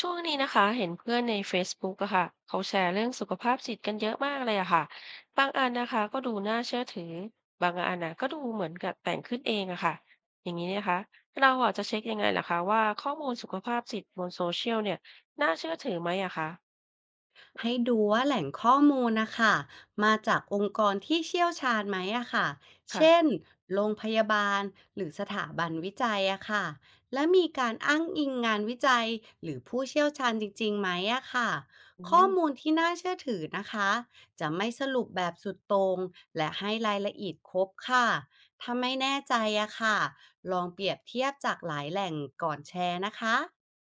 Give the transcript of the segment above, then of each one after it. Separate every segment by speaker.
Speaker 1: ช่วงนี้นะคะเห็นเพื่อนใน Facebook อะค่ะเขาแชร์เรื่องสุขภาพจิตกันเยอะมากเลยอะค่ะบางอันนะคะก็ดูน่าเชื่อถือบางอันนะก็ดูเหมือนกับแต่งขึ้นเองอะค่ะอย่างนี้นะคะเราอะจะเช็คยังไงล่ะคะว่าข้อมูลสุขภาพจิตบนโซเชียลเนี่ยน่าเชื่อถือไหมอะคะ
Speaker 2: ให้ดูว่าแหล่งข้อมูลนะคะมาจากองค์กรที่เชี่ยวชาญไหมอะค่ะเช่น
Speaker 1: ค่ะ
Speaker 2: โรงพยาบาลหรือสถาบันวิจัยอะค่ะและมีการอ้างอิงงานวิจัยหรือผู้เชี่ยวชาญจริงๆไหมอะค่ะ
Speaker 1: อื
Speaker 2: ข้อ
Speaker 1: ม
Speaker 2: มูลที่น่าเชื่อถือนะคะจะไม่สรุปแบบสุดโตรงและให้รายละเอียดครบค่ะถ้าไม่แน่ใจอะค่ะลองเปรียบเทียบจากหลายแหล่งก่อนแชร์นะคะ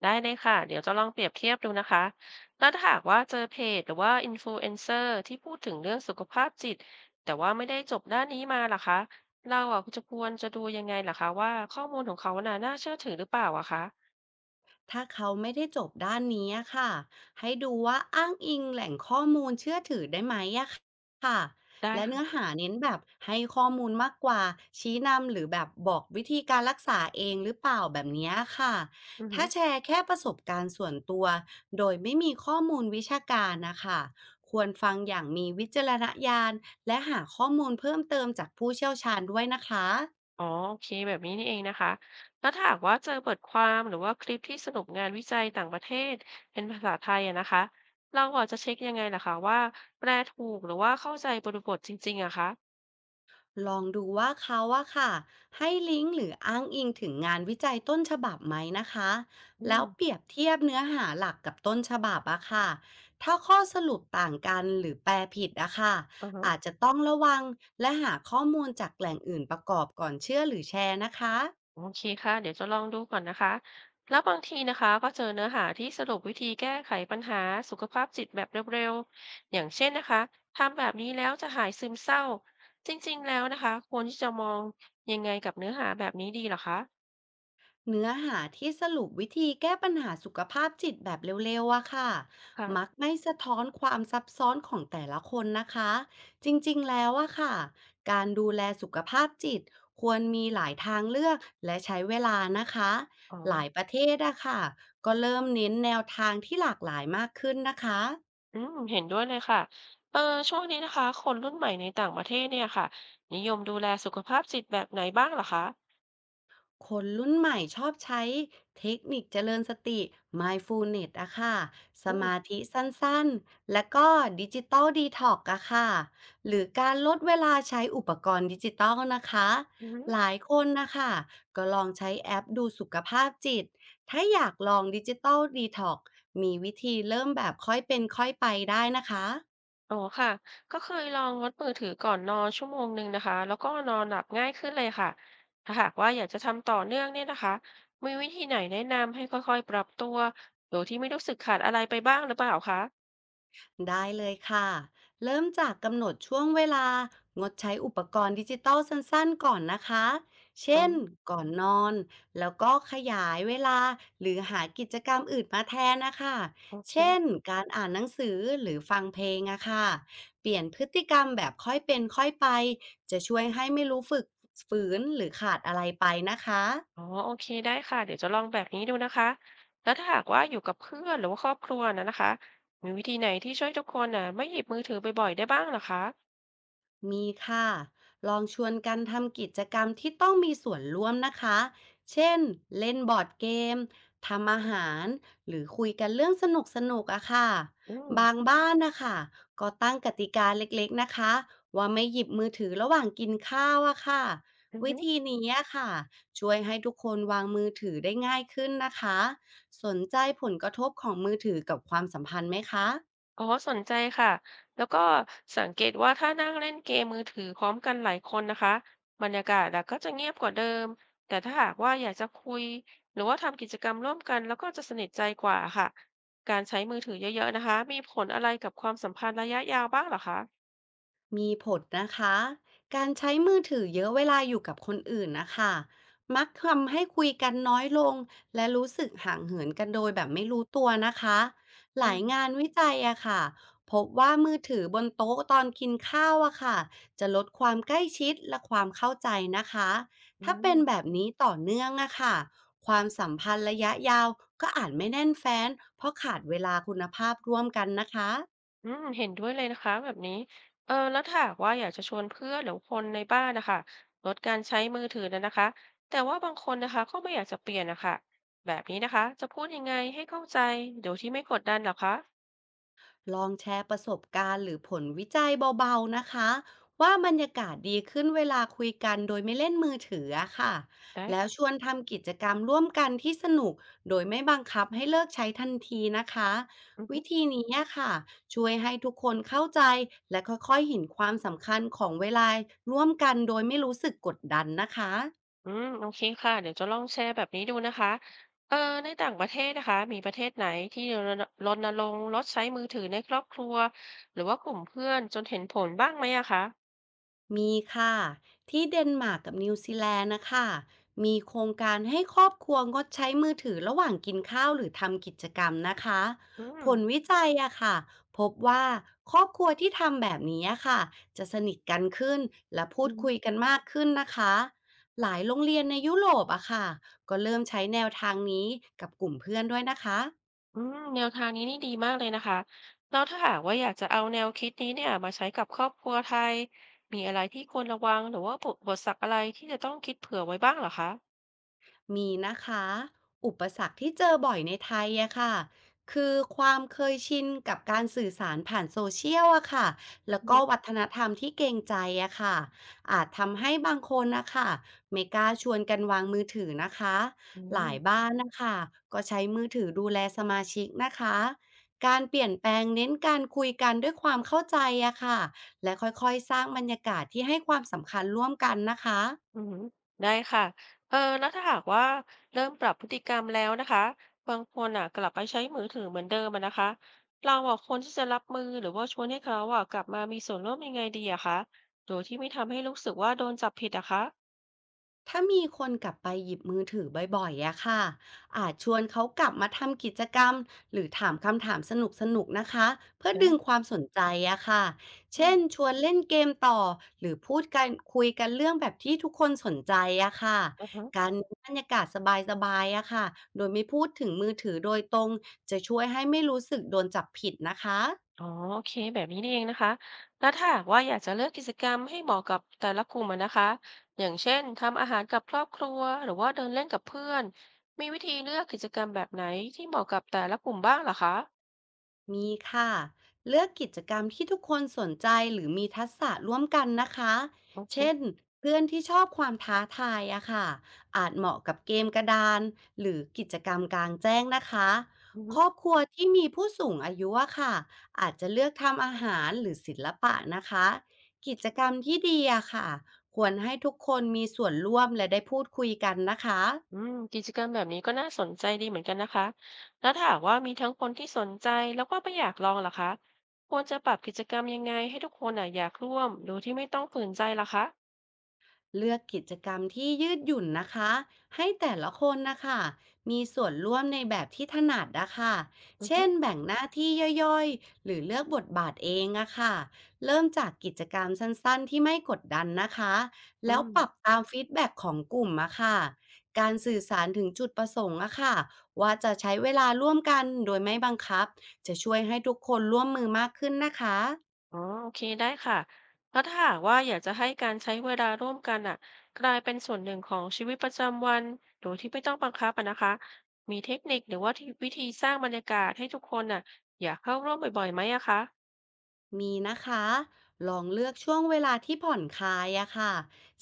Speaker 1: ได้เลยค่ะเดี๋ยวจะลองเปรียบเทียบดูนะคะแล้วถ้าหากว่าเจอเพจหรือว่าอินฟลูเอนเซอร์ที่พูดถึงเรื่องสุขภาพจิตแต่ว่าไม่ได้จบด้านนี้มาล่ะคะเราอ่ะจะควรจะดูยังไงล่ะคะว่าข้อมูลของเขาน่ะน่าเชื่อถือหรือเปล่าอะคะ
Speaker 2: ถ้าเขาไม่ได้จบด้านนี้อะค่ะให้ดูว่าอ้างอิงแหล่งข้อมูลเชื่อถือได้ไหมอะค่ะ
Speaker 1: ได้
Speaker 2: และ
Speaker 1: ค่ะ
Speaker 2: เนื้อหาเน้นแบบให้ข้อมูลมากกว่าชี้นำหรือแบบบอกวิธีการรักษาเองหรือเปล่าแบบเนี้ยค่ะ
Speaker 1: อือหื
Speaker 2: ถ้า
Speaker 1: อ
Speaker 2: แชร์แค่ประสบการณ์ส่วนตัวโดยไม่มีข้อมูลวิชาการนะคะควรฟังอย่างมีวิจารณญาณและหาข้อมูลเพิ่มเติมจากผู้เชี่ยวชาญด้วยนะคะ
Speaker 1: อ๋อโอเคแบบนี้นี่เองนะคะแล้วถ้าหากว่าเจอบทความหรือว่าคลิปที่สรุปงานวิจัยต่างประเทศเป็นภาษาไทยอะนะคะเราอ่ะจะเช็คยังไงล่ะคะว่าแปลถูกหรือว่าเข้าใจบริบทจริงๆอะคะ
Speaker 2: ลองดูว่าเขาอะค่ะให้ลิงก์หรืออ้างอิงถึงงานวิจัยต้นฉบับไหมนะคะ
Speaker 1: อื
Speaker 2: แล้วเป
Speaker 1: ม
Speaker 2: รียบเทียบเนื้อหาหลักกับต้นฉบับอะค่ะถ้าข้อสรุปต่างกันหรือแปลผิดอะค่ะ
Speaker 1: อือฮะ
Speaker 2: อาจจะต้องระวังและหาข้อมูลจากแหล่งอื่นประกอบก่อนเชื่อหรือแชร์นะคะ
Speaker 1: โอเคค่ะเดี๋ยวจะลองดูก่อนนะคะแล้วบางทีนะคะก็เจอเนื้อหาที่สรุปวิธีแก้ไขปัญหาสุขภาพจิตแบบเร็วๆอย่างเช่นนะคะทำแบบนี้แล้วจะหายซึมเศร้าจริงๆแล้วนะคะควรที่จะมองยังไงกับเนื้อหาแบบนี้ดีเหรอคะ
Speaker 2: เนื้อหาที่สรุปวิธีแก้ปัญหาสุขภาพจิตแบบเร็วๆอะค่ะมัก
Speaker 1: ค่ะ
Speaker 2: ไม่สะท้อนความซับซ้อนของแต่ละคนนะคะจริงๆแล้วอะค่ะการดูแลสุขภาพจิตควรมีหลายทางเลือกและใช้เวลานะคะ
Speaker 1: อ๋อ
Speaker 2: หลายประเทศอะค่ะก็เริ่มเน้นแนวทางที่หลากหลายมากขึ้นนะคะ
Speaker 1: อืมเห็นด้วยเลยค่ะเออช่วงนี้นะคะคนรุ่นใหม่ในต่างประเทศเนี่ยค่ะนิยมดูแลสุขภาพจิตแบบไหนบ้างเหรอคะ
Speaker 2: คนรุ่นใหม่ชอบใช้เทคนิคเจริญสติ mindfulness อะค่ะส
Speaker 1: อืม
Speaker 2: มาธิสั้นๆ และก็ดิจิตอลดีท็อกอะค่ะหรือการลดเวลาใช้อุปกรณ์ดิจิตอลนะคะ
Speaker 1: อืม
Speaker 2: หลายคนนะคะก็ลองใช้แอปดูสุขภาพจิตถ้าอยากลองดิจิตอลดีท็อกมีวิธีเริ่มแบบค่อยเป็นค่อยไปได้นะคะ
Speaker 1: อ๋อค่ะก็เคยลองงดมือถือก่อนนอน1 ชั่วโมงนะคะแล้วก็นอนหลับง่ายขึ้นเลยค่ะถ้าหากว่าอยากจะทำต่อเนื่องเนี่ยนะคะมีวิธีไหนแนะนำให้ค่อยๆปรับตัวโดยที่ไม่รู้สึกขาดอะไรไปบ้างหรือเปล่าคะ
Speaker 2: ได้เลยค่ะ เริ่มจากกำหนดช่วงเวลางดใช้อุปกรณ์ดิจิตอลสั้นๆ ก่อนนะคะ
Speaker 1: อ๋อ
Speaker 2: เช่น ก่อนนอน แล้วก็ขยายเวลาหรือหากิจกรรมอื่นมาแทนนะคะ
Speaker 1: โอเค
Speaker 2: เช่น การอ่านหนังสือหรือฟังเพลงอะค่ะเปลี่ยนพฤติกรรมแบบค่อยเป็นค่อยไปจะช่วยให้ไม่รู้ฝืนหรือขาดอะไรไปนะคะ
Speaker 1: อ๋อโอเคได้ค่ะเดี๋ยวจะลองแบบนี้ดูนะคะแล้วถ้าหากว่าอยู่กับเพื่อนหรือว่าครอบครัวนะคะมีวิธีไหนที่ช่วยทุกคนน่ะไม่หยิบมือถือบ่อยๆได้บ้างเหรอคะ
Speaker 2: มีค่ะลองชวนกันทำกิจกรรมที่ต้องมีส่วนร่วมนะคะเช่นเล่นบอร์ดเกมทำอาหาร หรือคุยกันเรื่องสนุกสนุกอะค่ะ
Speaker 1: อื
Speaker 2: บาง
Speaker 1: ม
Speaker 2: บ้านนะคะก็ตั้งกติกาเล็กๆนะคะว่าไม่หยิบมือถือระหว่างกินข้าวอะค่ะวิธีนี้อะค่ะช่วยให้ทุกคนวางมือถือได้ง่ายขึ้นนะคะสนใจผลกระทบของมือถือกับความสัมพันธ์ไหมคะ
Speaker 1: อ๋อสนใจค่ะ แล้วก็สังเกตว่าถ้านั่งเล่นเกมมือถือพร้อมกันหลายคนนะคะบรรยากาศอะก็จะเงียบกว่าเดิม แต่ถ้าหากว่าอยากจะคุยหรือว่าทำกิจกรรมร่วมกันแล้วก็จะสนิทใจกว่าค่ะการใช้มือถือเยอะๆนะคะมีผลอะไรกับความสัมพันธ์ระยะยาวบ้างเหรอคะ
Speaker 2: มีผลนะคะ การใช้มือถือเยอะเวลาอยู่กับคนอื่นนะคะ มักทำให้คุยกันน้อยลงและรู้สึกห่างเหินกันโดยแบบไม่รู้ตัวนะคะ หลายงา
Speaker 1: ใช่
Speaker 2: นวิจัยอะค่ะพบว่ามือถือบนโต๊ะตอนกินข้าวอะค่ะจะลดความใกล้ชิดและความเข้าใจนะคะ
Speaker 1: อื
Speaker 2: ถ้าเป็น
Speaker 1: ม
Speaker 2: แบบนี้ต่อเนื่องอะค่ะความสัมพันธ์ระยะยาวก็อาจไม่แน่นแฟ้นเพราะขาดเวลาคุณภาพร่วมกันนะคะ
Speaker 1: อืมเห็นด้วยเลยนะคะแบบนี้เออแล้วถ้าหากว่าอยากจะชวนเพื่อนหรือคนในบ้านนะคะลดการใช้มือถือนะคะแต่ว่าบางคนนะคะก็ไม่อยากจะเปลี่ยนนะคะแบบนี้นะคะจะพูดยังไงให้เข้าใจโดยที่ไม่กดดันเหรอคะ
Speaker 2: ลองแชร์ประสบการณ์หรือผลวิจัยเบาๆนะคะว่าบรรยากาศดีขึ้นเวลาคุยกันโดยไม่เล่นมือถืออะค่ะ
Speaker 1: ได้
Speaker 2: แล้วช
Speaker 1: ค่ะ
Speaker 2: วนทำกิจกรรมร่วมกันที่สนุกโดยไม่บังคับให้เลิกใช้ทันทีนะคะ
Speaker 1: อือฮึ
Speaker 2: วิธีนี้อะค่ะช่วยให้ทุกคนเข้าใจและค่อยๆเห็นความสำคัญของเวลาร่วมกันโดยไม่รู้สึกกดดันนะคะ
Speaker 1: อืมโอเคค่ะเดี๋ยวจะลองแชร์แบบนี้ดูนะคะเออในต่างประเทศนะคะมีประเทศไหนที่รณรงค์ลดใช้มือถือในครอบครัวหรือว่ากลุ่มเพื่อนจนเห็นผลบ้างไหมอะคะ
Speaker 2: มีค่ะที่เดนมาร์กกับนิวซีแลนด์นะคะมีโครงการให้ครอบครัวงดใช้มือถือระหว่างกินข้าวหรือทำกิจกรรมนะคะ
Speaker 1: อืม
Speaker 2: ผลวิจัยอะค่ะพบว่าครอบครัวที่ทำแบบนี้อะค่ะจะสนิทกันขึ้นและพูดคุยกันมากขึ้นนะคะหลายโรงเรียนในยุโรปอะค่ะก็เริ่มใช้แนวทางนี้กับกลุ่มเพื่อนด้วยนะคะ
Speaker 1: อืมแนวทางนี้นี่ดีมากเลยนะคะแล้วถ้าหากว่าอยากจะเอาแนวคิดนี้เนี่ยมาใช้กับครอบครัวไทยมีอะไรที่ควรระวังหรือว่าบทสักอะไรที่จะต้องคิดเผื่อไว้บ้างเหรอคะ
Speaker 2: มีนะคะอุปสรรคที่เจอบ่อยในไทยอะค่ะคือความเคยชินกับการสื่อสารผ่านโซเชียลอะค่ะแล้ว
Speaker 1: อื
Speaker 2: ก็
Speaker 1: ม
Speaker 2: วัฒนธรรมที่เกรงใจอะค่ะอาจทำให้บางคนนะคะไม่กล้าชวนกันวางมือถือนะคะ
Speaker 1: อหื
Speaker 2: หลาย
Speaker 1: อ
Speaker 2: บ้านนะคะก็ใช้มือถือดูแลสมาชิกนะคะการเปลี่ยนแปลงเน้นการคุยกันด้วยความเข้าใจอะค่ะและค่อยๆสร้างบรรยากาศที่ให้ความสำคัญร่วมกันนะคะ
Speaker 1: อืมอหือได้ค่ะเออแล้วถ้าหากว่าเริ่มปรับพฤติกรรมแล้วนะคะบางคนอ่ะกลับไปใช้มือถือเหมือนเดิมอะนะคะเราอ่ะควรที่จะรับมือหรือว่าชวนให้เขาอ่ะกลับมามีส่วนร่วมยังไงดีอะคะโดยที่ไม่ทำให้รู้สึกว่าโดนจับผิดอะคะ
Speaker 2: ถ้ามีคนกลับไปหยิบมือถือบ่อยๆอะค่ะอาจชวนเขากลับมาทำกิจกรรมหรือถามคำถามสนุกๆนะคะเพื่อ
Speaker 1: ได้
Speaker 2: ดึงความสนใจอะค่ะ
Speaker 1: อื
Speaker 2: เช่น
Speaker 1: ม
Speaker 2: ชวนเล่นเกมต่อหรือพูดกันคุยกันเรื่องแบบที่ทุกคนสนใจอะค่ะ
Speaker 1: อืาฮะ
Speaker 2: การมีบรรยากาศสบายๆอะค่ะโดยไม่พูดถึงมือถือโดยตรงจะช่วยให้ไม่รู้สึกโดนจับผิดนะคะ
Speaker 1: อ๋อโอเคแบบนี้นี่เองนะคะแล้วถ้าหากว่าอยากจะเลือกกิจกรรมให้เหมาะกับแต่ละกลุ่มอะนะคะอย่างเช่นทำอาหารกับครอบครัวหรือว่าเดินเล่นกับเพื่อนมีวิธีเลือกกิจกรรมแบบไหนที่เหมาะกับแต่ละกลุ่มบ้างเหรอคะ
Speaker 2: มีค่ะเลือกกิจกรรมที่ทุกคนสนใจหรือมีทักษะร่วมกันนะคะ
Speaker 1: โอเค
Speaker 2: เช่นเพื่อนที่ชอบความท้าทายอะค่ะอาจเหมาะกับเกมกระดานหรือกิจกรรมกลางแจ้งนะคะ
Speaker 1: อือฮึ
Speaker 2: ครอบครัวที่มีผู้สูงอายุอะค่ะอาจจะเลือกทำอาหารหรือศิลปะนะคะกิจกรรมที่ดีอะค่ะควรให้ทุกคนมีส่วนร่วมและได้พูดคุยกันนะคะ
Speaker 1: อืมกิจกรรมแบบนี้ก็น่าสนใจดีเหมือนกันนะคะแล้วถ้าหากว่ามีทั้งคนที่สนใจแล้วก็ไม่อยากลองเหรอคะควรจะปรับกิจกรรมยังไงให้ทุกคนอ่ะอยากร่วมโดยที่ไม่ต้องฝืนใจเหรอคะ
Speaker 2: เลือกกิจกรรมที่ยืดหยุ่นนะคะให้แต่ละคนนะคะมีส่วนร่วมในแบบที่ถนัดนะคะ
Speaker 1: อือ
Speaker 2: เช่
Speaker 1: ฮึ
Speaker 2: นแบ่งหน้าที่ย่อยๆหรือเลือกบทบาทเองอะค่ะเริ่มจากกิจกรรมสั้นๆที่ไม่กดดันนะคะ
Speaker 1: อื
Speaker 2: แล้ว
Speaker 1: ม
Speaker 2: ปรับตามฟีดแบ็กของกลุ่มอะค่ะการสื่อสารถึงจุดประสงค์อะค่ะว่าจะใช้เวลาร่วมกันโดยไม่บังคับจะช่วยให้ทุกคนร่วมมือมากขึ้นนะคะ
Speaker 1: อ๋อโอเคได้ค่ะ แล้วถ้าหากว่าอยากจะให้การใช้เวลาร่วมกันอ่ะกลายเป็นส่วนหนึ่งของชีวิตประจำวันโดยที่ไม่ต้องบังคับอะนะคะมีเทคนิคหรือว่าที่วิธีสร้างบรรยากาศให้ทุกคนอ่ะอยากเข้าร่วมบ่อยๆไหมอะคะ
Speaker 2: มีนะคะลองเลือกช่วงเวลาที่ผ่อนคลายอะค่ะ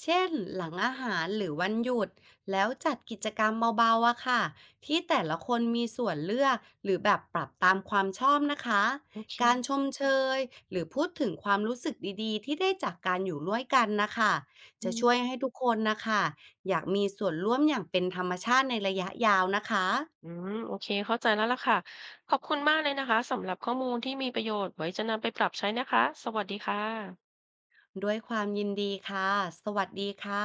Speaker 2: เช่นหลังอาหารหรือวันหยุด แล้วจัดกิจกรรมเบาๆอะค่ะที่แต่ละคนมีส่วนเลือกหรือแบบปรับตามความชอบนะคะ
Speaker 1: โอเค
Speaker 2: การชมเชยหรือพูดถึงความรู้สึกดีๆที่ได้จากการอยู่ร่วมกันนะคะ
Speaker 1: อื
Speaker 2: จะช่
Speaker 1: ม
Speaker 2: วยให้ทุกคนนะคะอยากมีส่วนร่วมอย่างเป็นธรรมชาติในระยะยาวนะคะ
Speaker 1: อืมโอเค เข้าใจแล้วล่ะค่ะขอบคุณมากเลยนะคะสำหรับข้อมูลที่มีประโยชน์ไว้จะนำไปปรับใช้นะคะสวัสดีค่ะ
Speaker 2: ด้วยความยินดีค่ะ สวัสดีค่ะ